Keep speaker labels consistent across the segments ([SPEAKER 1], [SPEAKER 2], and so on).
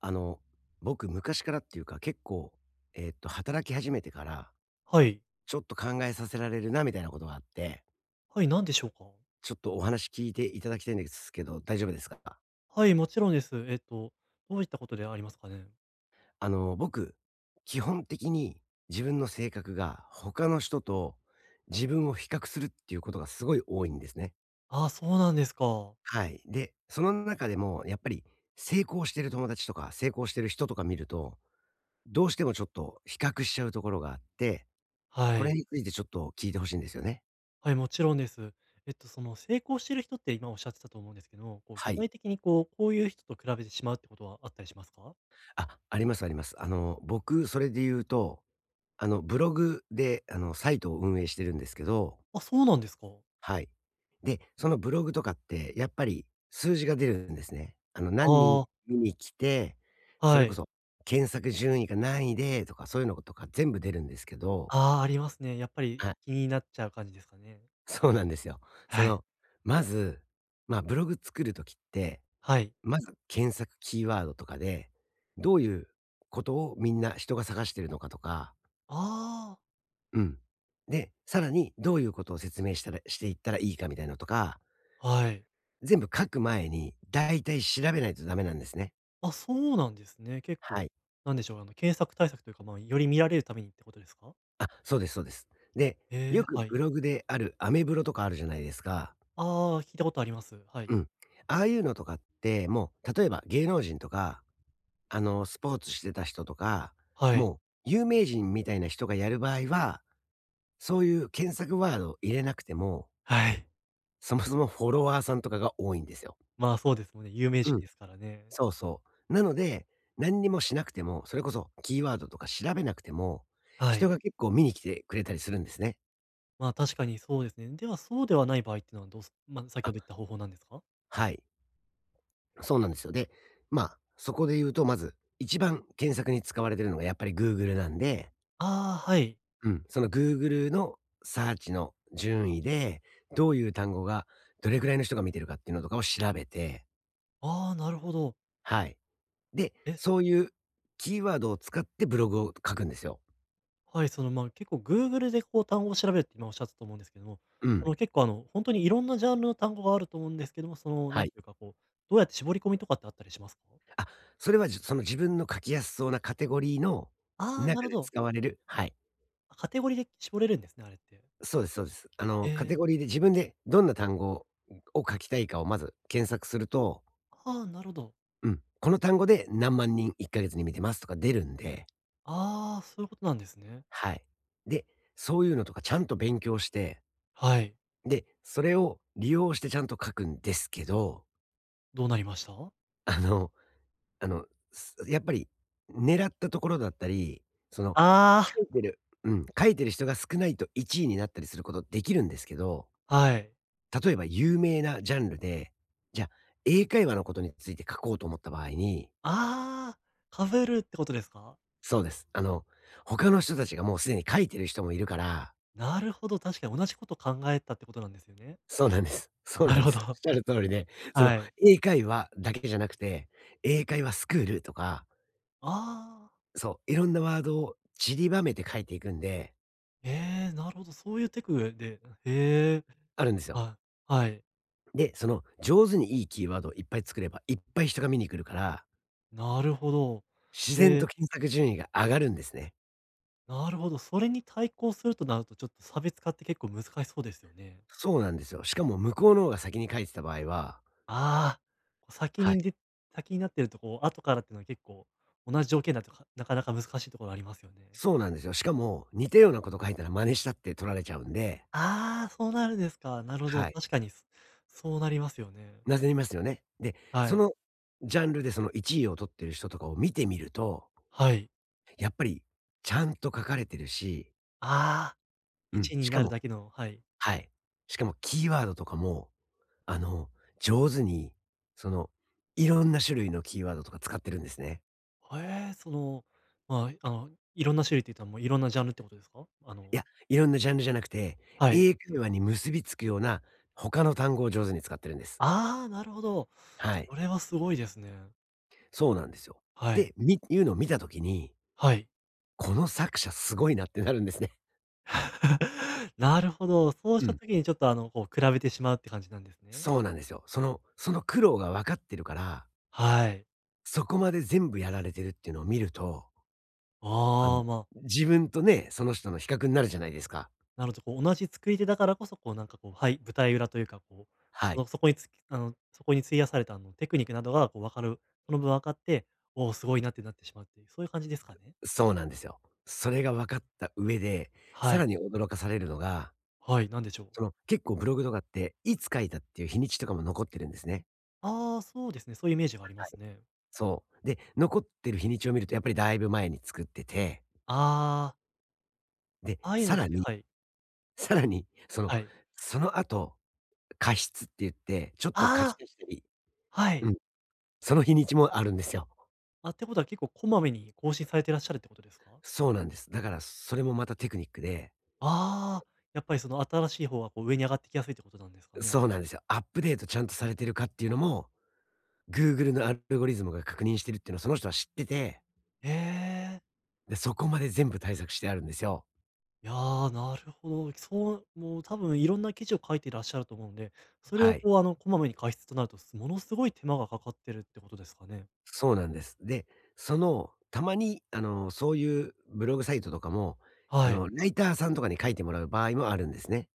[SPEAKER 1] あの、僕昔からっていうか、結構、働き始めてから、
[SPEAKER 2] はい。
[SPEAKER 1] ちょっと考えさせられるなみたいなことがあって、
[SPEAKER 2] はい、何でしょうか？
[SPEAKER 1] ちょっとお話聞いていただきたいんですけど、大丈夫ですか？
[SPEAKER 2] はい、もちろんです。どういったことでありますかね？
[SPEAKER 1] 僕、基本的に自分の性格が他の人と自分を比較するっていうことがすごい多いんですね。
[SPEAKER 2] ああ、そうなんですか。
[SPEAKER 1] はい。で、その中でもやっぱり成功してる友達とか、成功してる人とか見ると、どうしてもちょっと比較しちゃうところがあって、
[SPEAKER 2] は
[SPEAKER 1] これ
[SPEAKER 2] い。
[SPEAKER 1] についてちょっと聞いてほしいんですよね。
[SPEAKER 2] はい、もちろんです。その、成功してる人って今おっしゃってたと思うんですけど、こう、
[SPEAKER 1] は
[SPEAKER 2] 具
[SPEAKER 1] い。
[SPEAKER 2] 体的に、こう、こういう人と比べてしまうってことはあったりしますか？
[SPEAKER 1] あ、ありますあります。僕、それで言うと、ブログで、サイトを運営してるんですけど、
[SPEAKER 2] あ、そうなんですか。
[SPEAKER 1] はい。で、そのブログとかって、やっぱり数字が出るんですね。あの、何人
[SPEAKER 2] ああ、
[SPEAKER 1] 見に来て、そ
[SPEAKER 2] は
[SPEAKER 1] れこ
[SPEAKER 2] い。
[SPEAKER 1] そ、検索順位が何位でとか、そういうのとか全部出るんですけど、
[SPEAKER 2] ああ、ありますね。やっぱり
[SPEAKER 1] はい、
[SPEAKER 2] 気になっちゃう感じですかね？
[SPEAKER 1] そうなんですよ。そ
[SPEAKER 2] はい。
[SPEAKER 1] の、まず、まあ、ブログ作るときって、
[SPEAKER 2] はい。
[SPEAKER 1] まず検索キーワードとかで、どういうことをみんな人が探してるのかとか、
[SPEAKER 2] あ
[SPEAKER 1] うん。で、さらにどういうことを説明したらしていったらいいかみたいなのとか、
[SPEAKER 2] あ、はい。
[SPEAKER 1] 全部書く前にだいたい調べないとダメなんですね。
[SPEAKER 2] あ、そうなんですね。結
[SPEAKER 1] は
[SPEAKER 2] 構、
[SPEAKER 1] い。
[SPEAKER 2] なんでしょう、あの、検索対策というか、まあ、より見られるためにってことですか？
[SPEAKER 1] あ、そうですそうです。で、
[SPEAKER 2] え
[SPEAKER 1] よ
[SPEAKER 2] え、
[SPEAKER 1] く
[SPEAKER 2] は
[SPEAKER 1] ブ
[SPEAKER 2] い。
[SPEAKER 1] ログであるアメブロとかあるじゃないですか。
[SPEAKER 2] ああ、聞いたことあります。はい。
[SPEAKER 1] うん。ああいうのとかって、もう例えば芸能人とか、スポーツしてた人とか、
[SPEAKER 2] はい。
[SPEAKER 1] もう有名人みたいな人がやる場合は、そういう検索ワードを入れなくても、
[SPEAKER 2] はい。
[SPEAKER 1] そもそもフォロワーさんとかが多いんですよ。
[SPEAKER 2] まあ、そうですもんね。有名
[SPEAKER 1] う
[SPEAKER 2] 人
[SPEAKER 1] ん。
[SPEAKER 2] ですからね。
[SPEAKER 1] そうそう。なので、何にもしなくても、それこそキーワードとか調べなくても、
[SPEAKER 2] は
[SPEAKER 1] 人
[SPEAKER 2] い。
[SPEAKER 1] が結構見に来てくれたりするんですね。
[SPEAKER 2] まあ、確かにそうですね。では、そうではない場合っていうのはどうすまあ、先
[SPEAKER 1] あ、
[SPEAKER 2] ほど言った方法なんですか？
[SPEAKER 1] はい。そうなんですよ。で、まあ、そこで言うと、まず、一番検索に使われてるのがやっぱり Google なんで、
[SPEAKER 2] ああ、はい。
[SPEAKER 1] うん、その Google のサーチの順位で、どういう単語がどれくらいの人が見てるかっていうのとかを調べて、
[SPEAKER 2] ああ、なるほど。
[SPEAKER 1] はい。で、
[SPEAKER 2] え、
[SPEAKER 1] そういうキーワードを使ってブログを書くんですよ。
[SPEAKER 2] はい、その、まあ、結構 Google でこう単語を調べるって今おっしゃったと思うんですけども、
[SPEAKER 1] う
[SPEAKER 2] そ
[SPEAKER 1] ん。
[SPEAKER 2] の、結構、あの、本当にいろんなジャンルの単語があると思うんですけども、その、な
[SPEAKER 1] は
[SPEAKER 2] ん
[SPEAKER 1] い。
[SPEAKER 2] ていうか、こう、どうやって絞り込みとかってあったりしますか？
[SPEAKER 1] それは、その自分の書きやすそうなカテゴリーの
[SPEAKER 2] ああー、な
[SPEAKER 1] 中
[SPEAKER 2] るほ
[SPEAKER 1] で
[SPEAKER 2] ど。
[SPEAKER 1] 使われるはい。
[SPEAKER 2] カテゴリーで絞れるんですね、あれって。
[SPEAKER 1] そうですそうです。あ
[SPEAKER 2] え
[SPEAKER 1] の、カテ
[SPEAKER 2] え、
[SPEAKER 1] ゴリーで自分でどんな単語を書きたいかをまず検索すると、
[SPEAKER 2] ああ、なるほど。
[SPEAKER 1] うん、この単語で何万人1ヶ月に見てますとか出るんで、
[SPEAKER 2] ああ、そういうことなんですね。
[SPEAKER 1] はい。で、そういうのとかちゃんと勉強して、
[SPEAKER 2] はい。
[SPEAKER 1] で、それを利用してちゃんと書くんですけど、
[SPEAKER 2] どうなりました？
[SPEAKER 1] あの、あの、やっぱり狙ったところだったり、その、
[SPEAKER 2] あ
[SPEAKER 1] 書
[SPEAKER 2] あ。
[SPEAKER 1] いてるうん、書いてる人が少ないと1位になったりすることできるんですけど、
[SPEAKER 2] はい。
[SPEAKER 1] 例えば有名なジャンルで、じゃあ、英会話のことについて書こうと思った場合に
[SPEAKER 2] ああ、被るってことですか？
[SPEAKER 1] そうです。他の人たちがもうすでに書いてる人もいるから
[SPEAKER 2] なるほど、確かに同じこと考えたってことなんですよね。
[SPEAKER 1] そうなんです。そう
[SPEAKER 2] な
[SPEAKER 1] なん
[SPEAKER 2] る
[SPEAKER 1] で
[SPEAKER 2] ほ
[SPEAKER 1] す。おっ
[SPEAKER 2] ど。
[SPEAKER 1] しゃ る通りで、その、
[SPEAKER 2] はい。
[SPEAKER 1] 英会話だけじゃなくて、英会話スクールとか、
[SPEAKER 2] ああ、
[SPEAKER 1] そう、いろんなワードを散りばめて書いていくんで、
[SPEAKER 2] ええー、なるほど、そういうテクで、へえ、
[SPEAKER 1] あるんですよ。
[SPEAKER 2] はい、はい、
[SPEAKER 1] で、その上手にいいキーワードをいっぱい作れば、いっぱい人が見に来るから、
[SPEAKER 2] なるほど。
[SPEAKER 1] 自然と
[SPEAKER 2] で、
[SPEAKER 1] 検索順位が上がるんですね。
[SPEAKER 2] なるほど、それに対抗するとなると、ちょっと差別化って結構難しそうですよね。
[SPEAKER 1] そうなんですよ。しかも向こうの方が先に書いてた場合は
[SPEAKER 2] ああ、こう
[SPEAKER 1] はい。
[SPEAKER 2] 先になってると、こう、後からっていうのは結構、同じ条件だとかなかなか難しいところありますよね。
[SPEAKER 1] そうなんですよ。しかも、似たようなこと書いたら真似したって取られちゃうんで、
[SPEAKER 2] ああ、そうなるんですか。なるほど、
[SPEAKER 1] はい。
[SPEAKER 2] 確かに、そうなりますよね。
[SPEAKER 1] なぜりますよね。で、
[SPEAKER 2] は
[SPEAKER 1] そ
[SPEAKER 2] い。
[SPEAKER 1] のジャンルでその1位を取ってる人とかを見てみると、
[SPEAKER 2] はい。
[SPEAKER 1] やっぱりちゃんと書かれてるし、
[SPEAKER 2] ああ、
[SPEAKER 1] うん、
[SPEAKER 2] 1
[SPEAKER 1] し
[SPEAKER 2] に
[SPEAKER 1] か
[SPEAKER 2] なる
[SPEAKER 1] も
[SPEAKER 2] だけのはい。
[SPEAKER 1] はい。しかもキーワードとかもあの、上手に、その、いろんな種類のキーワードとか使ってるんですね。
[SPEAKER 2] へえ、その、まあ、あの、いろんな種類っていたらもういろんなジャンルってことですか？あ
[SPEAKER 1] い
[SPEAKER 2] の
[SPEAKER 1] や、いろんなジャンルじゃなくて、
[SPEAKER 2] はい。
[SPEAKER 1] 英会話に結びつくような他の単語を上手に使ってるんです。
[SPEAKER 2] ああ、なるほど。
[SPEAKER 1] はい。
[SPEAKER 2] それはすごいですね。
[SPEAKER 1] そうなんですよ。
[SPEAKER 2] はい。
[SPEAKER 1] で、いうのを見た時に、
[SPEAKER 2] はい。
[SPEAKER 1] この作者すごいなってなるんですね。
[SPEAKER 2] なるほど、そ うし
[SPEAKER 1] う
[SPEAKER 2] た
[SPEAKER 1] ん。
[SPEAKER 2] 時にちょっと、あの、こう比べてしまうって感じなんですね。
[SPEAKER 1] そうなんですよ。その、その苦労が分かってるから、
[SPEAKER 2] はい。
[SPEAKER 1] そこまで全部やられてるっていうのを見ると、あの、
[SPEAKER 2] ああ、まあ、
[SPEAKER 1] 自分とね、その人の比較になるじゃないですか。
[SPEAKER 2] なるほど、こう、同じ作り手だからこそ、こう、なんか、こう、はい舞台裏というか、こう、
[SPEAKER 1] は
[SPEAKER 2] そ
[SPEAKER 1] い。
[SPEAKER 2] の、そこにつきあの、そこに費やされた、あの、テクニックなどが、こう、分かるその分分かって、おお、すごいなってなってしまうっていう、そういう感じですかね？
[SPEAKER 1] そうなんですよ。それが分かった上で、さ
[SPEAKER 2] は
[SPEAKER 1] ら
[SPEAKER 2] い。
[SPEAKER 1] に驚かされるのが、
[SPEAKER 2] はい、なんでしょう。
[SPEAKER 1] その、結構ブログとかって、いつ書いたっていう日にちとかも残ってるんですね。
[SPEAKER 2] ああ、そうですね、そういうイメージがありますね。
[SPEAKER 1] そう。で、残ってる日にちを見るとやっぱりだいぶ前に作ってて、
[SPEAKER 2] ああ、
[SPEAKER 1] で、
[SPEAKER 2] ああいうの
[SPEAKER 1] さ
[SPEAKER 2] っ
[SPEAKER 1] ら
[SPEAKER 2] て
[SPEAKER 1] に、
[SPEAKER 2] はい、
[SPEAKER 1] さらに、その、
[SPEAKER 2] はい。
[SPEAKER 1] その後、過失って言って、ちょっと書き
[SPEAKER 2] ああ、
[SPEAKER 1] 足したり
[SPEAKER 2] は
[SPEAKER 1] う
[SPEAKER 2] い。
[SPEAKER 1] ん、その日にちもあるんですよ。
[SPEAKER 2] あ、ってことは結構こまめに更新されてらっしゃるってことですか？
[SPEAKER 1] そうなんです。だから、それもまたテクニックで
[SPEAKER 2] ああー、やっぱり、その、新しい方が、こう、上に上がってきやすいってことなんですかね？
[SPEAKER 1] そうなんですよ。アップデートちゃんとされてるかっていうのも、Google のアルゴリズムが確認してるっていうのをその人は知ってて
[SPEAKER 2] へえ。
[SPEAKER 1] で、そこまで全部対策してあるんですよ。
[SPEAKER 2] いやー、なるほど。そう、もう多分いろんな記事を書いていらっしゃると思うので、それ
[SPEAKER 1] は
[SPEAKER 2] を
[SPEAKER 1] い。
[SPEAKER 2] こう、あの、こまめに解説となると、ものすごい手間がかかってるってことですかね。
[SPEAKER 1] そうなんです。で、その、たまに、そういうブログサイトとかも、
[SPEAKER 2] はい。
[SPEAKER 1] ライターさんとかに書いてもらう場合もあるんですね。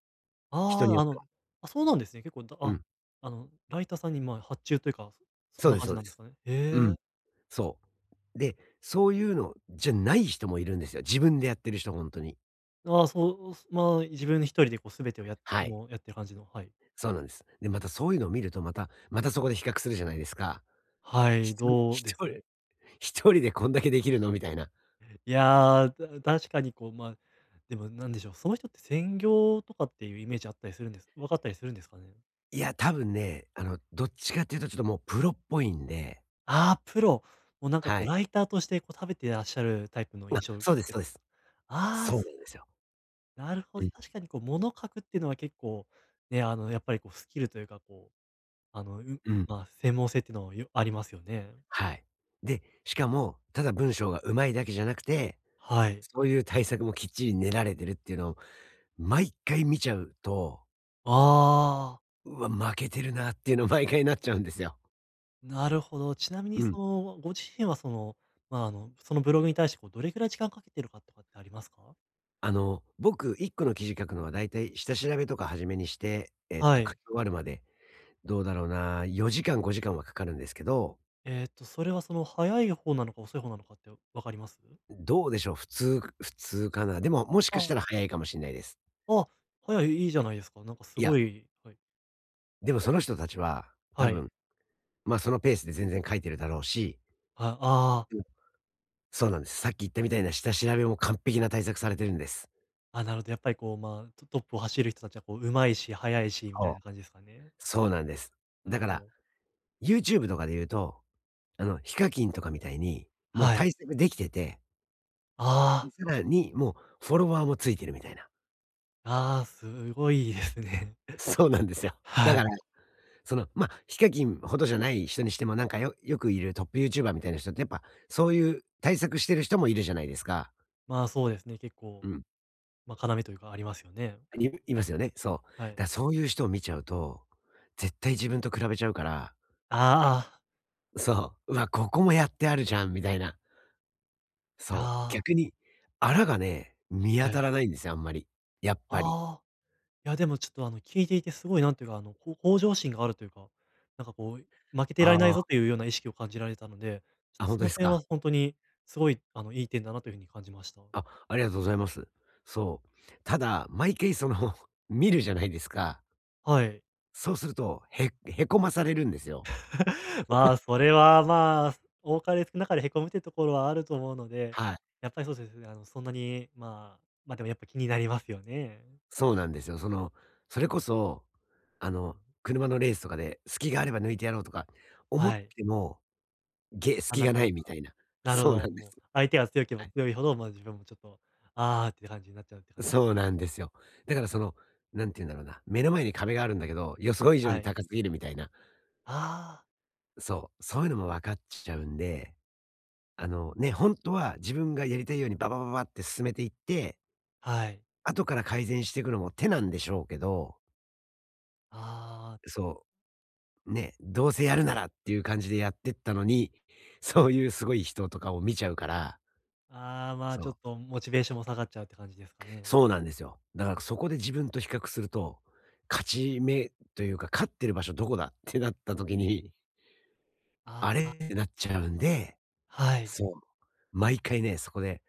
[SPEAKER 1] 人に
[SPEAKER 2] あ
[SPEAKER 1] よ
[SPEAKER 2] あ、
[SPEAKER 1] っ
[SPEAKER 2] あ
[SPEAKER 1] て
[SPEAKER 2] の、
[SPEAKER 1] は。
[SPEAKER 2] あ、そうなんですね。結構、だ
[SPEAKER 1] う
[SPEAKER 2] あ、
[SPEAKER 1] ん。
[SPEAKER 2] あの、ライターさんに、まあ、発注というか、そ
[SPEAKER 1] そ
[SPEAKER 2] ん
[SPEAKER 1] う
[SPEAKER 2] な
[SPEAKER 1] です
[SPEAKER 2] 感
[SPEAKER 1] そ
[SPEAKER 2] じ
[SPEAKER 1] う
[SPEAKER 2] な
[SPEAKER 1] で
[SPEAKER 2] んです
[SPEAKER 1] す。
[SPEAKER 2] かね。
[SPEAKER 1] う
[SPEAKER 2] へ
[SPEAKER 1] ん。
[SPEAKER 2] え。
[SPEAKER 1] そう。で、そういうのじゃない人もいるんですよ。自分でやってる人、本当に。
[SPEAKER 2] ああ、そう、まあ、自分一人でこう全てをやって
[SPEAKER 1] はい。
[SPEAKER 2] もうやってる感じの、はい。
[SPEAKER 1] そうなんです。で、またそういうのを見ると、またまたそこで比較するじゃないですか。
[SPEAKER 2] はい、
[SPEAKER 1] 一人
[SPEAKER 2] どう
[SPEAKER 1] 一
[SPEAKER 2] です？
[SPEAKER 1] 人一人でこんだけできるのみたいな。
[SPEAKER 2] いやー、確かにこう、まあ、でもなんでしょう、その人って専業とかっていうイメージあったりするんです分かったりするんですかね？
[SPEAKER 1] いや、多分ね、どっちかっていうとちょっともうプロっぽいんで、
[SPEAKER 2] ああ、プロ。もうなんかこ
[SPEAKER 1] は
[SPEAKER 2] う
[SPEAKER 1] い。
[SPEAKER 2] ライターとしてこう食べてらっしゃるタイプの
[SPEAKER 1] あ、
[SPEAKER 2] 印象を受
[SPEAKER 1] そうです
[SPEAKER 2] け
[SPEAKER 1] そう
[SPEAKER 2] た
[SPEAKER 1] で
[SPEAKER 2] んです。
[SPEAKER 1] す。
[SPEAKER 2] ああ、
[SPEAKER 1] そうなんですよ。
[SPEAKER 2] なるほ
[SPEAKER 1] う
[SPEAKER 2] ど。
[SPEAKER 1] ん、
[SPEAKER 2] 確かにこう物書くっていうのは結構、ね、あのやっぱりこうスキルというか、こう、あの、
[SPEAKER 1] うん、
[SPEAKER 2] まあ、専門性っていうのはありますよね。
[SPEAKER 1] はい。で、しかも、ただ文章が上手いだけじゃなくて、
[SPEAKER 2] はい。
[SPEAKER 1] そういう対策もきっちり練られてるっていうのを毎回見ちゃうと、
[SPEAKER 2] ああ、
[SPEAKER 1] うわ、負けてるなっていうの毎回なっちゃうんですよ。
[SPEAKER 2] なるほど。ちなみに
[SPEAKER 1] うん。
[SPEAKER 2] その、ご自身はその、まあ、あの、そのブログに対してこうどれくらい時間かけてるかとかってありますか？
[SPEAKER 1] あの、僕一個の記事書くのはだいたい下調べとか初めにして、
[SPEAKER 2] は
[SPEAKER 1] 書き
[SPEAKER 2] い。
[SPEAKER 1] 終わるまでどうだろうな、4時間5時間はかかるんですけど
[SPEAKER 2] それはその早い方なのか遅い方なのかって分かります？
[SPEAKER 1] どうでしょう、普通かな。でも、もしかした
[SPEAKER 2] あ
[SPEAKER 1] ら
[SPEAKER 2] あ
[SPEAKER 1] 早いかもしれないです。
[SPEAKER 2] あ、はい、いいじゃないですか。なんかす
[SPEAKER 1] いや、
[SPEAKER 2] ごい、はい。
[SPEAKER 1] でもその人たちは、多
[SPEAKER 2] はい。
[SPEAKER 1] 分、ま、あそのペースで全然書いてるだろうし
[SPEAKER 2] あ、ああ、
[SPEAKER 1] うん、そうなんです。さっき言ったみたいな下調べも完璧な対策されてるんです。
[SPEAKER 2] あ、なるほど、やっぱりこう、まあ、トップを走る人たちはこう上手いし、速いしみた
[SPEAKER 1] そ
[SPEAKER 2] い
[SPEAKER 1] う、
[SPEAKER 2] な感じですかね。
[SPEAKER 1] そうなんです。
[SPEAKER 2] な
[SPEAKER 1] だ
[SPEAKER 2] る
[SPEAKER 1] か
[SPEAKER 2] ほ
[SPEAKER 1] ら、
[SPEAKER 2] ど。
[SPEAKER 1] YouTube とかで言うと、ヒカキンとかみたいに、もう
[SPEAKER 2] はい。
[SPEAKER 1] 対策できてて、で、
[SPEAKER 2] あ
[SPEAKER 1] さらにもうフォロワーもついてるみたいな。
[SPEAKER 2] あ、ああ、すごいですね。
[SPEAKER 1] そうなん ですよ。だ
[SPEAKER 2] は
[SPEAKER 1] か
[SPEAKER 2] い。
[SPEAKER 1] らその、まあ、ヒカキンほどじゃない人にしても、なんか、よくいるトップユーチューバーみたいな人って、やっぱ、そういう対策してる人もいるじゃないですか。
[SPEAKER 2] まあ、そうですね、結構、
[SPEAKER 1] うん。
[SPEAKER 2] まあ、要というかありますよね。
[SPEAKER 1] いいますよね。そ
[SPEAKER 2] は
[SPEAKER 1] う。
[SPEAKER 2] い。
[SPEAKER 1] だ、そういう人を見ちゃうと、絶対自分と比べちゃうから、
[SPEAKER 2] ああ、
[SPEAKER 1] そう、「うわ、ここもやってあるじゃん」みたいな。
[SPEAKER 2] いや
[SPEAKER 1] そう、
[SPEAKER 2] ー、
[SPEAKER 1] 逆に、あらがね、見当
[SPEAKER 2] は
[SPEAKER 1] た
[SPEAKER 2] い。
[SPEAKER 1] らないんですよ、あんまり。やっぱり。
[SPEAKER 2] ああ。いや、でもちょっと、あの、聞いていてすごいなんていうか、あの、こう向上心があるというか、なんかこう、負けていられない
[SPEAKER 1] あ
[SPEAKER 2] ぞ
[SPEAKER 1] あ、
[SPEAKER 2] というような意識を感じられたので、ちょっ
[SPEAKER 1] あ、
[SPEAKER 2] と
[SPEAKER 1] ほ
[SPEAKER 2] そ
[SPEAKER 1] で
[SPEAKER 2] の
[SPEAKER 1] す
[SPEAKER 2] 点は
[SPEAKER 1] か。
[SPEAKER 2] ほんとにすごい、あの、いい点だなというふうに感じました。
[SPEAKER 1] あ、ありがとうございます。そう。ただ、毎回その、見るじゃないですか。
[SPEAKER 2] はい。
[SPEAKER 1] そうすると、へこまされるんですよ。
[SPEAKER 2] まあ、それは、まあ、多かれ少なかれ凹むってところはあると思うので、
[SPEAKER 1] はい。
[SPEAKER 2] やっぱりそうですね、あの、そんなに、まあ、でもやっぱ気になりますよね。
[SPEAKER 1] そうなんですよ。その、それこそ、あの、車のレースとかで、隙があれば抜いてやろうとか思っ
[SPEAKER 2] はい。
[SPEAKER 1] ても、
[SPEAKER 2] まあ、
[SPEAKER 1] 隙
[SPEAKER 2] な
[SPEAKER 1] が
[SPEAKER 2] か
[SPEAKER 1] な
[SPEAKER 2] な
[SPEAKER 1] いみ
[SPEAKER 2] か
[SPEAKER 1] たいな。
[SPEAKER 2] なるほ
[SPEAKER 1] そうな
[SPEAKER 2] ど、
[SPEAKER 1] んで
[SPEAKER 2] も
[SPEAKER 1] す。
[SPEAKER 2] う相手が強けれ
[SPEAKER 1] は
[SPEAKER 2] ば
[SPEAKER 1] い。
[SPEAKER 2] 強いほど、まあ、自分もちょっと、あーって感じになっちゃうって感じで
[SPEAKER 1] そうな
[SPEAKER 2] す
[SPEAKER 1] ん
[SPEAKER 2] ね。
[SPEAKER 1] ですよ。だからその、なんて言うんだろうな、目の前に壁があるんだけど、予想以上
[SPEAKER 2] は
[SPEAKER 1] に
[SPEAKER 2] い。
[SPEAKER 1] 高すぎるみたいな。
[SPEAKER 2] あー
[SPEAKER 1] そう、そういうのも分かっちゃうんで、ね、本当は自分がやりたいようにババババって進めていって、
[SPEAKER 2] はい。
[SPEAKER 1] 後から改善していくのも手なんでしょうけど、
[SPEAKER 2] ああ、
[SPEAKER 1] そうね、どうせやるならっていう感じでやってったのに、そういうすごい人とかを見ちゃうから、
[SPEAKER 2] ああ、まあ、
[SPEAKER 1] そ
[SPEAKER 2] ちょっ
[SPEAKER 1] う。
[SPEAKER 2] とモチベーションも下がっちゃうって感じですかね。
[SPEAKER 1] そうなんですよ。だからそこで自分と比較すると、勝ち目というか、勝ってる場所どこだってなった時に、
[SPEAKER 2] あ
[SPEAKER 1] あ
[SPEAKER 2] あ、
[SPEAKER 1] れってなっちゃうんで、
[SPEAKER 2] はい。
[SPEAKER 1] そう。毎回ね、そこで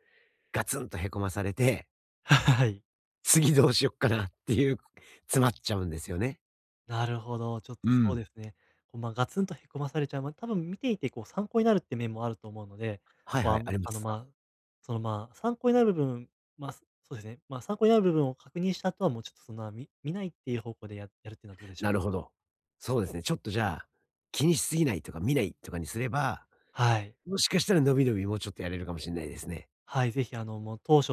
[SPEAKER 1] ガツンとへこまされて、
[SPEAKER 2] はい。
[SPEAKER 1] 次どうしよっかなっていう、詰まっちゃうんですよね。
[SPEAKER 2] なるほど、ちょっ
[SPEAKER 1] う
[SPEAKER 2] とそう
[SPEAKER 1] ん。
[SPEAKER 2] ですね。こう、まあ、ガツンとへこまされちゃう、まあ、多分見ていてこう参考になるって面もあると思うので、
[SPEAKER 1] はい
[SPEAKER 2] こう、
[SPEAKER 1] はい、ありま
[SPEAKER 2] あの、
[SPEAKER 1] す。
[SPEAKER 2] まあ、その、まあ、参考になる部分、まあ、そうですね、まあ、参考になる部分を確認した後はもうちょっとそんな、見ないっていう方向でやるっていうのはどうでしょ
[SPEAKER 1] な
[SPEAKER 2] うか？
[SPEAKER 1] るほど。そうですね。ちょっとじゃあ、気にしすぎないとか見ないとかにすれば、
[SPEAKER 2] はい。
[SPEAKER 1] もしかしたら伸び伸びもうちょっとやれるかもしんないですね。
[SPEAKER 2] はい、ぜひあの、もう当初、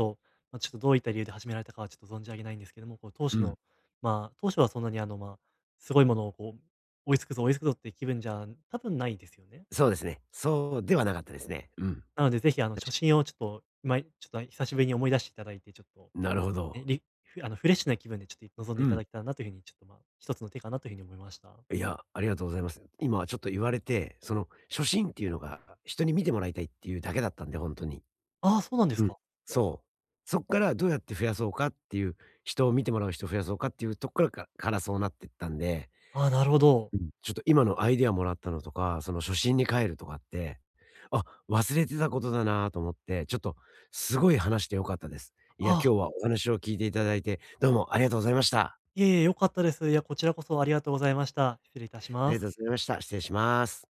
[SPEAKER 2] まあ、ちょっとどういった理由で始められたかはちょっと存じ上げないんですけども、こう当
[SPEAKER 1] う
[SPEAKER 2] 初
[SPEAKER 1] ん。
[SPEAKER 2] の、まあ、当初はそんなにあの、まあ、すごいものをこう、追いつくぞ追いつくぞって気分じゃ多分ないですよね。
[SPEAKER 1] そうですね。そうではなかったですね。うん。確
[SPEAKER 2] なので、ぜひあの、初
[SPEAKER 1] か
[SPEAKER 2] 心をちょっと、今ちょっと久しぶりに思い出していただいて、ちょっと、
[SPEAKER 1] なるほ
[SPEAKER 2] ね、
[SPEAKER 1] ど。
[SPEAKER 2] あの、フレッシュな気分でちょっと臨ん
[SPEAKER 1] う
[SPEAKER 2] でいた
[SPEAKER 1] ん。
[SPEAKER 2] だけたらなという風に、ちょっと、まあ、一つの手かなという風に思いました。
[SPEAKER 1] いや、ありがとうございます。今ちょっと言われて、その初心っていうのが人に見てもらいたいっていうだけだったんで、ほんとに。
[SPEAKER 2] ああ、そうなんで
[SPEAKER 1] う
[SPEAKER 2] す
[SPEAKER 1] ん。
[SPEAKER 2] か。
[SPEAKER 1] そう。そっからどうやって増やそうかっていう、人を見てもらう人を増やそうかっていうとこからからそうなってったんで
[SPEAKER 2] ああ、なるほど。
[SPEAKER 1] うん、ちょっと今のアイデアもらったのとか、その初心に帰るとかって、あ、忘れてたことだなと思って、ちょっとすごい話して良かったです。いや、
[SPEAKER 2] あ
[SPEAKER 1] 今
[SPEAKER 2] あ、
[SPEAKER 1] 日はお話を聞いていただいて、どうもありがとうございました。
[SPEAKER 2] いえいえ、よかったです。いや、こちらこそありがとうございました。失礼いたし
[SPEAKER 1] あり
[SPEAKER 2] ま
[SPEAKER 1] が
[SPEAKER 2] す。
[SPEAKER 1] とうございました。失礼します。